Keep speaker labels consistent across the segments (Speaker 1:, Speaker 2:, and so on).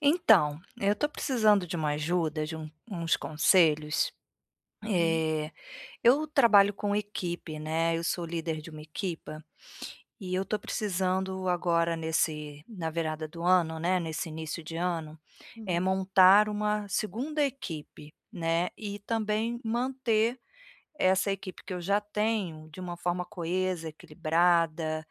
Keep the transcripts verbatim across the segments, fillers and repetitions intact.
Speaker 1: Então, eu estou precisando de uma ajuda, de um uns conselhos.
Speaker 2: Uhum,
Speaker 1: Eh, eu trabalho com equipe, né, eu sou líder de uma equipa, e eu estou precisando agora nesse na virada do ano, né, nesse início de ano, é
Speaker 2: uhum,
Speaker 1: montar uma segunda equipe, né, e também manter essa equipe que eu já tenho, de uma forma coesa, equilibrada,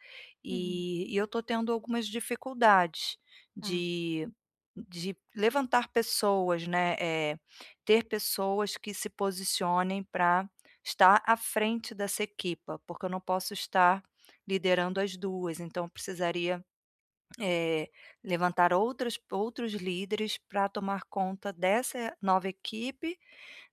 Speaker 2: uhum.
Speaker 1: e e eu estou tendo algumas dificuldades
Speaker 2: Tá.
Speaker 1: de de levantar pessoas, né, eh, ter pessoas que se posicionem para estar à frente dessa equipa, porque eu não posso estar liderando as duas, então eu precisaria, eh, levantar outras outros líderes para tomar conta dessa nova equipe,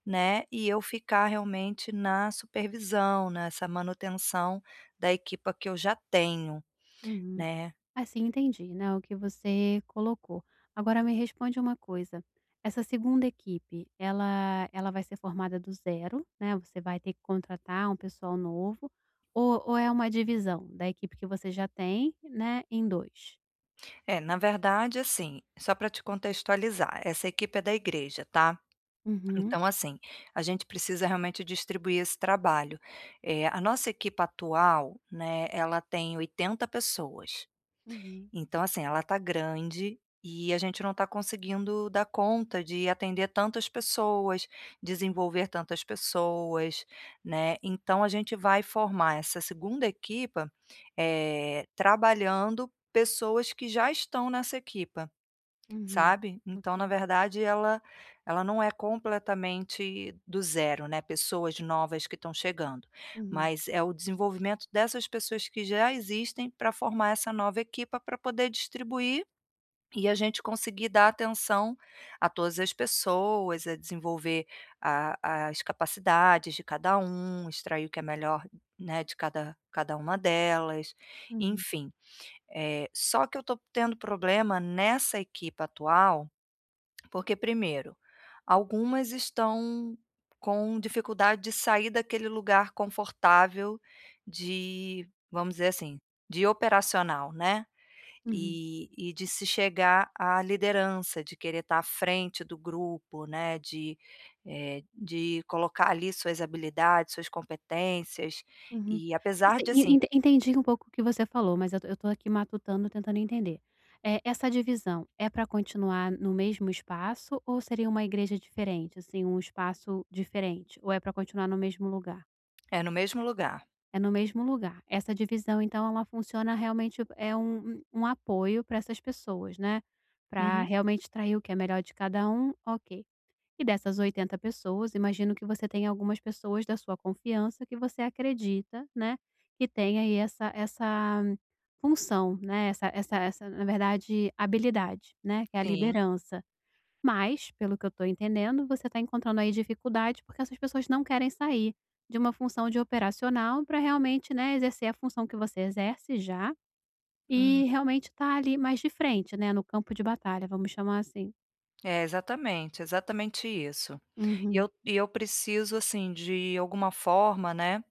Speaker 1: né, e eu ficar realmente na supervisão, nessa manutenção da equipa que eu já tenho,
Speaker 2: Uhum.
Speaker 1: né.
Speaker 2: Assim, entendi, né, o que você colocou. Agora me responde uma coisa, essa segunda equipe, ela ela vai ser formada do zero, né, você vai ter que contratar um pessoal novo, ou ou é uma divisão da equipe que você já tem, né, em dois.
Speaker 1: É, na verdade, assim, só para te contextualizar, essa equipe é da igreja, tá.
Speaker 2: Uhum,
Speaker 1: Então, assim, a gente precisa realmente distribuir esse trabalho. Eh, a nossa equipe atual, né, ela tem oitenta pessoas.
Speaker 2: uhum,
Speaker 1: Então, assim, ela tá grande e a gente não está conseguindo dar conta de atender tantas pessoas, desenvolver tantas pessoas, né. Então a gente vai formar essa segunda equipa, eh, trabalhando pessoas que já estão nessa equipa.
Speaker 2: uhum.
Speaker 1: Sabe? Então, na
Speaker 2: Ok.
Speaker 1: verdade, ela ela não é completamente do zero, né, pessoas novas que estão chegando,
Speaker 2: Uhum,
Speaker 1: mas é o desenvolvimento dessas pessoas que já existem para formar essa nova equipa para poder distribuir e a gente conseguir dar atenção a todas as pessoas, a desenvolver a as capacidades de cada um, extrair o que é melhor, né, de cada cada uma delas,
Speaker 2: uhum,
Speaker 1: enfim. Eh, só que eu estou tendo problema nessa equipe atual porque primeiro, algumas estão com dificuldade de sair daquele lugar confortável de, vamos dizer assim, de operacional, né,
Speaker 2: uhum.
Speaker 1: e e de se chegar à liderança, de querer estar à frente do grupo, né, de, eh, de colocar ali suas habilidades, suas competências,
Speaker 2: Uhum.
Speaker 1: e apesar
Speaker 2: Assim,
Speaker 1: de
Speaker 2: e
Speaker 1: assim
Speaker 2: ente entendi um pouco o que você falou, mas eu tô eu tô aqui matutando, tentando entender. Eh, essa divisão é para continuar no mesmo espaço ou seria uma igreja diferente, assim, um espaço diferente? Ou é para continuar no mesmo lugar?
Speaker 1: é, no mesmo lugar.
Speaker 2: É no mesmo lugar. Essa divisão, então, ela funciona realmente é um um apoio para essas pessoas, né, para
Speaker 1: Uhum,
Speaker 2: realmente trair o que é melhor de cada um, ok. E dessas oitenta pessoas, imagino que você tenha algumas pessoas da sua confiança que você acredita, né, que tem aí essa essa função, né, essa essa essa, na verdade, habilidade, né, que é a
Speaker 1: sim.
Speaker 2: liderança. Mas, pelo que eu estou entendendo, você está encontrando aí dificuldade, porque essas pessoas não querem sair de uma função de operacional para realmente, né, exercer a função que você exerce já
Speaker 1: Uhum.
Speaker 2: e realmente tá ali mais de frente, né, no campo de batalha, vamos chamar assim.
Speaker 1: É, exatamente, exatamente isso. E
Speaker 2: Uhum,
Speaker 1: eu e eu preciso, assim, de alguma forma, né,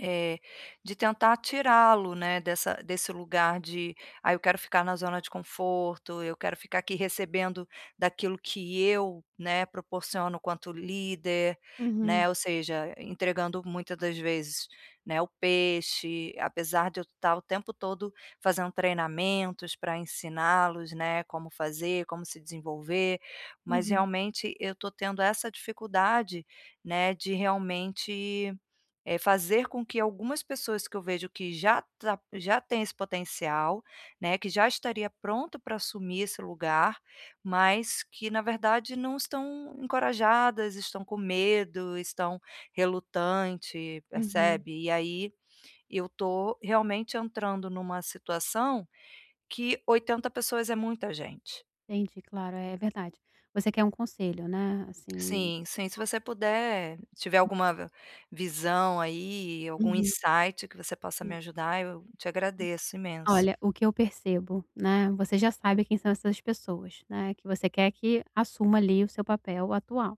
Speaker 1: é, de tentar tirá-lo, né, dessa desse lugar de: "Ah, eu quero ficar na zona de conforto, eu quero ficar aqui recebendo daquilo que eu, né, proporciono quanto líder",
Speaker 2: uhum,
Speaker 1: né, ou seja, entregando muitas das vezes, né, o peixe, apesar de eu estar o tempo todo fazendo treinamentos para ensiná-los, né, como fazer, como se desenvolver, mas
Speaker 2: uhum,
Speaker 1: realmente eu estou tendo essa dificuldade, né, de realmente é fazer com que algumas pessoas que eu vejo que já tá já tem esse potencial, né, que já estaria pronto para assumir esse lugar, mas que na verdade não estão encorajadas, estão com medo, estão relutante,
Speaker 2: uhum.
Speaker 1: percebe? E aí eu tô realmente entrando numa situação que oitenta pessoas é muita gente.
Speaker 2: Entendi, claro, é é verdade. Você quer um conselho, né, assim.
Speaker 1: Sim, sim. Se você puder, tiver alguma visão aí, algum
Speaker 2: Uhum,
Speaker 1: insight que você possa me
Speaker 2: sim.
Speaker 1: ajudar, eu te agradeço imenso.
Speaker 2: Olha, o que eu percebo, né, você já sabe quem são essas pessoas, né, que você quer que assuma ali o seu papel atual.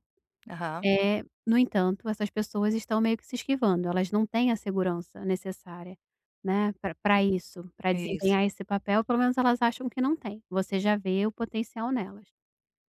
Speaker 1: Aham,
Speaker 2: É, no entanto, essas pessoas estão meio que se esquivando, elas não têm a segurança necessária, né, para isso, para
Speaker 1: isso.
Speaker 2: desempenhar esse papel, pelo menos elas acham que não têm. Você já vê o potencial nelas.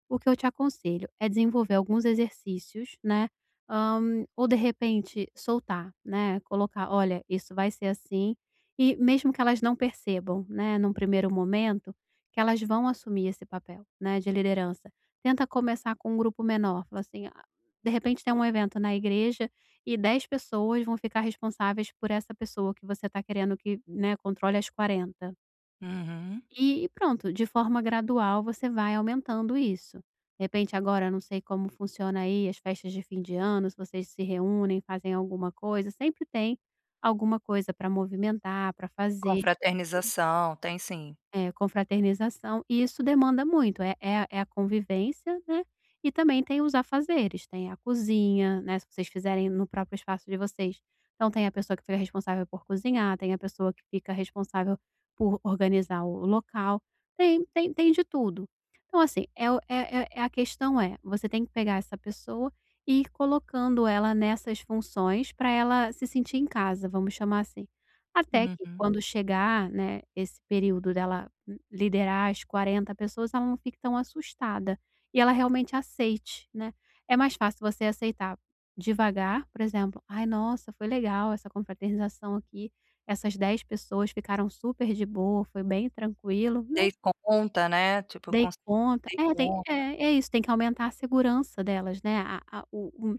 Speaker 2: O que eu te aconselho é desenvolver alguns exercícios, né? hã, ou de repente soltar, né? Colocar, olha, isso vai ser assim. E mesmo que elas não percebam, né, num primeiro momento, que elas vão assumir esse papel, né, de liderança. Tenta começar com um grupo menor, fala assim, ah, de repente tem um evento na igreja e dez pessoas vão ficar responsáveis por essa pessoa que você está querendo que, né, controle as quarenta.
Speaker 1: Uhum.
Speaker 2: E e pronto, de forma gradual você vai aumentando isso. De repente agora não sei como funciona aí as festas de fim de ano, se vocês se reúnem, fazem alguma coisa, sempre tem alguma coisa para movimentar, para fazer.
Speaker 1: Confraternização, tem sim.
Speaker 2: É, confraternização, e isso demanda muito, é é a é a convivência, né, e também tem os afazeres, tem a cozinha, né, se vocês fizerem no próprio espaço de vocês, então tem a pessoa que fica responsável por cozinhar, tem a pessoa que fica responsável por organizar o local, tem tem tem de tudo. Então assim, é o é é é a questão é, você tem que pegar essa pessoa e ir colocando ela nessas funções para ela se sentir em casa, vamos chamar assim. Até que
Speaker 1: Uhum.
Speaker 2: quando chegar, né, esse período dela liderar as quarenta pessoas, ela não fique tão assustada e ela realmente aceite, né. É mais fácil você aceitar devagar, por exemplo: "Ai, nossa, foi legal essa confraternização aqui. Essas dez pessoas ficaram super de boa, foi bem tranquilo", né.
Speaker 1: Dei conta, né, tipo, eu
Speaker 2: Dei
Speaker 1: consegui,
Speaker 2: conta.
Speaker 1: dei
Speaker 2: É, tem
Speaker 1: conta.
Speaker 2: é, é isso, tem que aumentar a segurança delas, né, a a o o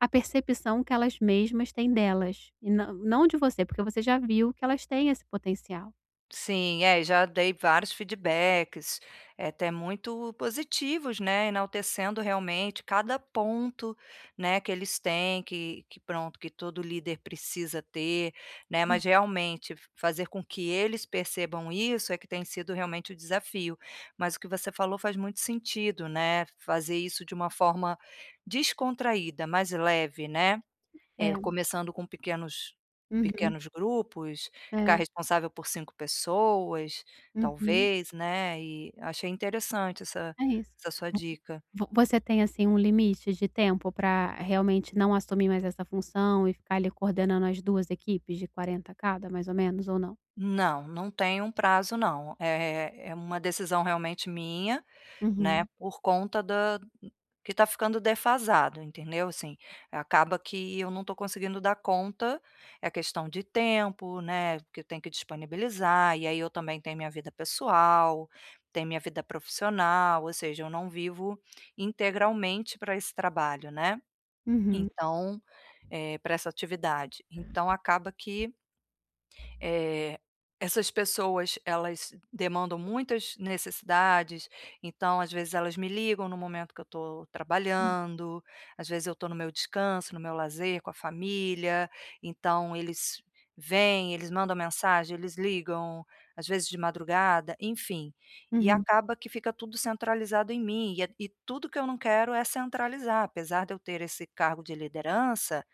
Speaker 2: a percepção que elas mesmas têm delas, e não não de você, porque você já viu que elas têm esse potencial.
Speaker 1: Sim, é, já dei vários feedbacks, eh, até muito positivos, né, enaltecendo realmente cada ponto, né, que eles têm, que que pronto, que todo líder precisa ter, né,
Speaker 2: Hum.
Speaker 1: mas realmente fazer com que eles percebam isso é que tem sido realmente o desafio. Mas o que você falou faz muito sentido, né, fazer isso de uma forma descontraída, mais leve, né. É,
Speaker 2: É.
Speaker 1: começando com pequenos
Speaker 2: Uhum.
Speaker 1: pequenos grupos, ficar
Speaker 2: É.
Speaker 1: responsável por cinco pessoas,
Speaker 2: Uhum.
Speaker 1: talvez, né, e achei interessante essa
Speaker 2: É isso.
Speaker 1: essa sua dica.
Speaker 2: Vo Você tem, assim, um limite de tempo para realmente não assumir mais essa função e ficar ali coordenando as duas equipes de quarenta cada, mais ou menos, ou não?
Speaker 1: Não, não tem um prazo não, é é uma decisão realmente minha. Né,
Speaker 2: Uhum.
Speaker 1: por conta da que tá ficando defasado, entendeu, assim, acaba que eu não tô conseguindo dar conta, é questão de tempo, né, que eu tenho que disponibilizar, e aí eu também tenho minha vida pessoal, tenho minha vida profissional, ou seja, eu não vivo integralmente para esse trabalho, né,
Speaker 2: Uhum,
Speaker 1: então, para essa atividade. Então acaba que eh, essas pessoas, elas demandam muitas necessidades, então às vezes elas me ligam no momento que eu estou trabalhando, às vezes eu estou no meu descanso, no meu lazer com a família, então eles vêm, eles mandam mensagem, eles ligam, às vezes de madrugada, enfim. E
Speaker 2: uhum,
Speaker 1: acaba que fica tudo centralizado em mim, e é e tudo que eu não quero é centralizar, apesar de eu ter esse cargo de liderança,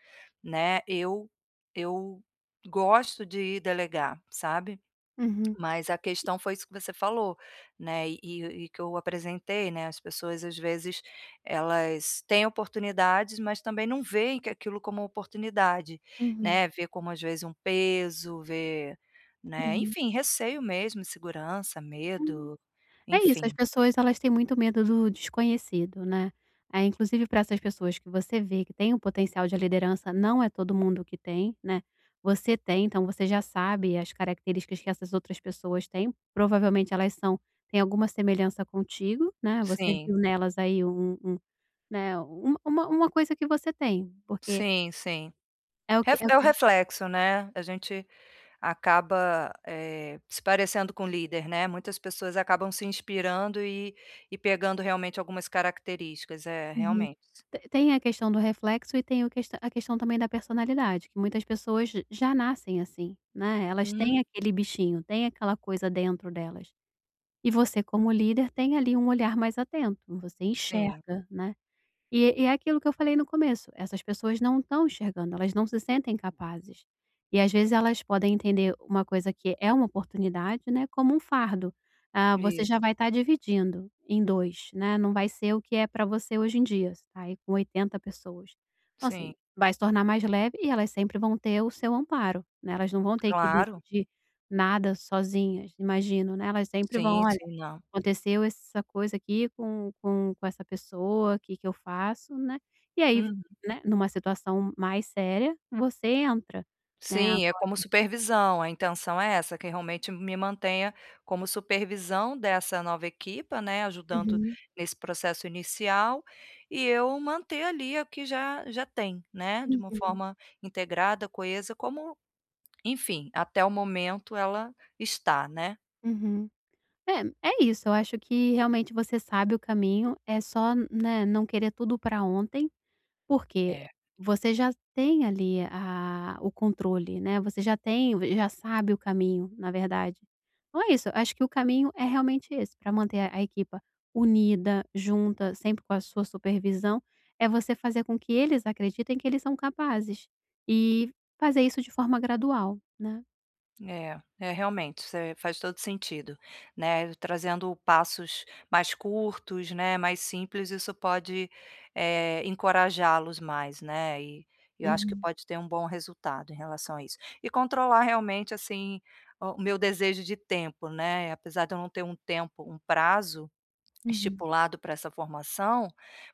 Speaker 1: né, eu eu gosto de delegar, sabe.
Speaker 2: uhum,
Speaker 1: Mas a questão foi isso que você falou, né, e e que eu apresentei, né, as pessoas às vezes elas têm oportunidades, mas também não veem que aquilo como oportunidade,
Speaker 2: uhum,
Speaker 1: né, vê como às vezes um peso, vê, né,
Speaker 2: uhum.
Speaker 1: enfim, receio mesmo, insegurança,
Speaker 2: Hum,
Speaker 1: medo,
Speaker 2: é isso, as
Speaker 1: enfim.
Speaker 2: pessoas elas têm muito medo do desconhecido, né. Eh, inclusive para essas pessoas que você vê que tem o potencial de liderança, não é todo mundo que tem, né. Você tem, então você já sabe as características que essas outras pessoas têm, provavelmente elas são têm alguma semelhança contigo, né, você
Speaker 1: Sim,
Speaker 2: viu nelas aí um um, né, uma uma uma coisa que você tem, porque
Speaker 1: sim, sim.
Speaker 2: é o que
Speaker 1: Ref
Speaker 2: é o
Speaker 1: é o
Speaker 2: que
Speaker 1: reflexo, né, a gente acaba, eh, se parecendo com o líder, né, muitas pessoas acabam se inspirando e e pegando realmente algumas características, é,
Speaker 2: Uhum.
Speaker 1: realmente.
Speaker 2: Te Tem a questão do reflexo e tem o questã a questão também da personalidade, que muitas pessoas j já nascem assim, né, elas têm
Speaker 1: Uhum,
Speaker 2: aquele bichinho, têm aquela coisa dentro delas. E você como líder tem ali um olhar mais atento, você
Speaker 1: sim,
Speaker 2: enxerga, né. E e é aquilo que eu falei no começo, essas pessoas não estão enxergando, elas não se sentem capazes. E às vezes elas podem entender uma coisa que é uma oportunidade, né, como um fardo. Ah, você já
Speaker 1: isso,
Speaker 2: vai estar dividindo em dois, né, não vai ser o que é para você hoje em dia, você tá aí com oitenta pessoas. Então assim,
Speaker 1: sim,
Speaker 2: vai se tornar mais leve e elas sempre vão ter o seu amparo, né, elas não vão ter que
Speaker 1: claro.
Speaker 2: decidir nada sozinhas, imagino, né, elas sempre vão:
Speaker 1: Sim,
Speaker 2: "Olha".
Speaker 1: sim, não.
Speaker 2: Aconteceu essa coisa aqui com com com essa pessoa, o que que eu faço, né. E aí,
Speaker 1: Uhum.
Speaker 2: né, numa situação mais séria, você entra, né.
Speaker 1: Sim, é como supervisão, a intenção é essa, que realmente me mantenha como supervisão dessa nova equipa, né, ajudando
Speaker 2: Uhum,
Speaker 1: nesse processo inicial, e eu manter ali o que já já tem, né, de uma
Speaker 2: uhum,
Speaker 1: forma integrada, coesa, como. Enfim, até o momento ela está, né.
Speaker 2: uhum. É, é isso, eu acho que realmente você sabe o caminho, é só, né, não querer tudo para ontem. Porque
Speaker 1: É.
Speaker 2: você já tem ali a o controle, né, você já tem, já sabe o caminho, na verdade. Então é isso, acho que o caminho é realmente esse, para manter a a equipa unida, junta, sempre com a sua supervisão, é você fazer com que eles acreditem que eles são capazes, e fazer isso de forma gradual, né.
Speaker 1: É, é realmente, você faz todo sentido, né, trazendo passos mais curtos, né, mais simples, isso pode, eh, encorajá-los mais, né, e eu acho que
Speaker 2: Uhum,
Speaker 1: pode ter um bom resultado em relação a isso. E controlar realmente, assim, o meu desejo de tempo, né, apesar de eu não ter um tempo, um prazo,
Speaker 2: uhum,
Speaker 1: estipulado para essa formação,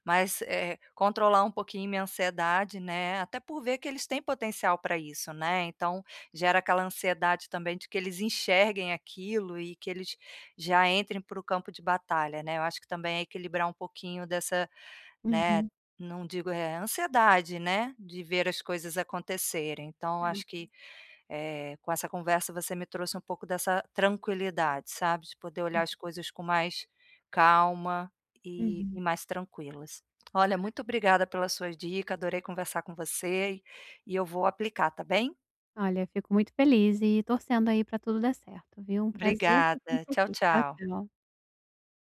Speaker 1: mas, eh, controlar um pouquinho minha ansiedade, né, até por ver que eles têm potencial para isso, né, então gera aquela ansiedade também de que eles enxerguem aquilo e que eles já entrem para o campo de batalha, né. Eu acho que também é equilibrar um pouquinho dessa, né,
Speaker 2: uhum,
Speaker 1: não digo é ansiedade, né, de ver as coisas acontecerem. Então
Speaker 2: uhum,
Speaker 1: acho que eh, com essa conversa você me trouxe um pouco dessa tranquilidade, sabe, de poder olhar as coisas com mais calma e
Speaker 2: uhum.
Speaker 1: e mais tranquilas. Olha, muito obrigada pela sua dica, adorei conversar com você e e eu vou aplicar, tá bem?
Speaker 2: Olha, fico muito feliz e torcendo aí para tudo dar certo, viu. Um prazer, estar
Speaker 1: Obrigada.
Speaker 2: sempre
Speaker 1: Tchau,
Speaker 2: aqui. Tchau,
Speaker 1: tchau.
Speaker 2: tchau.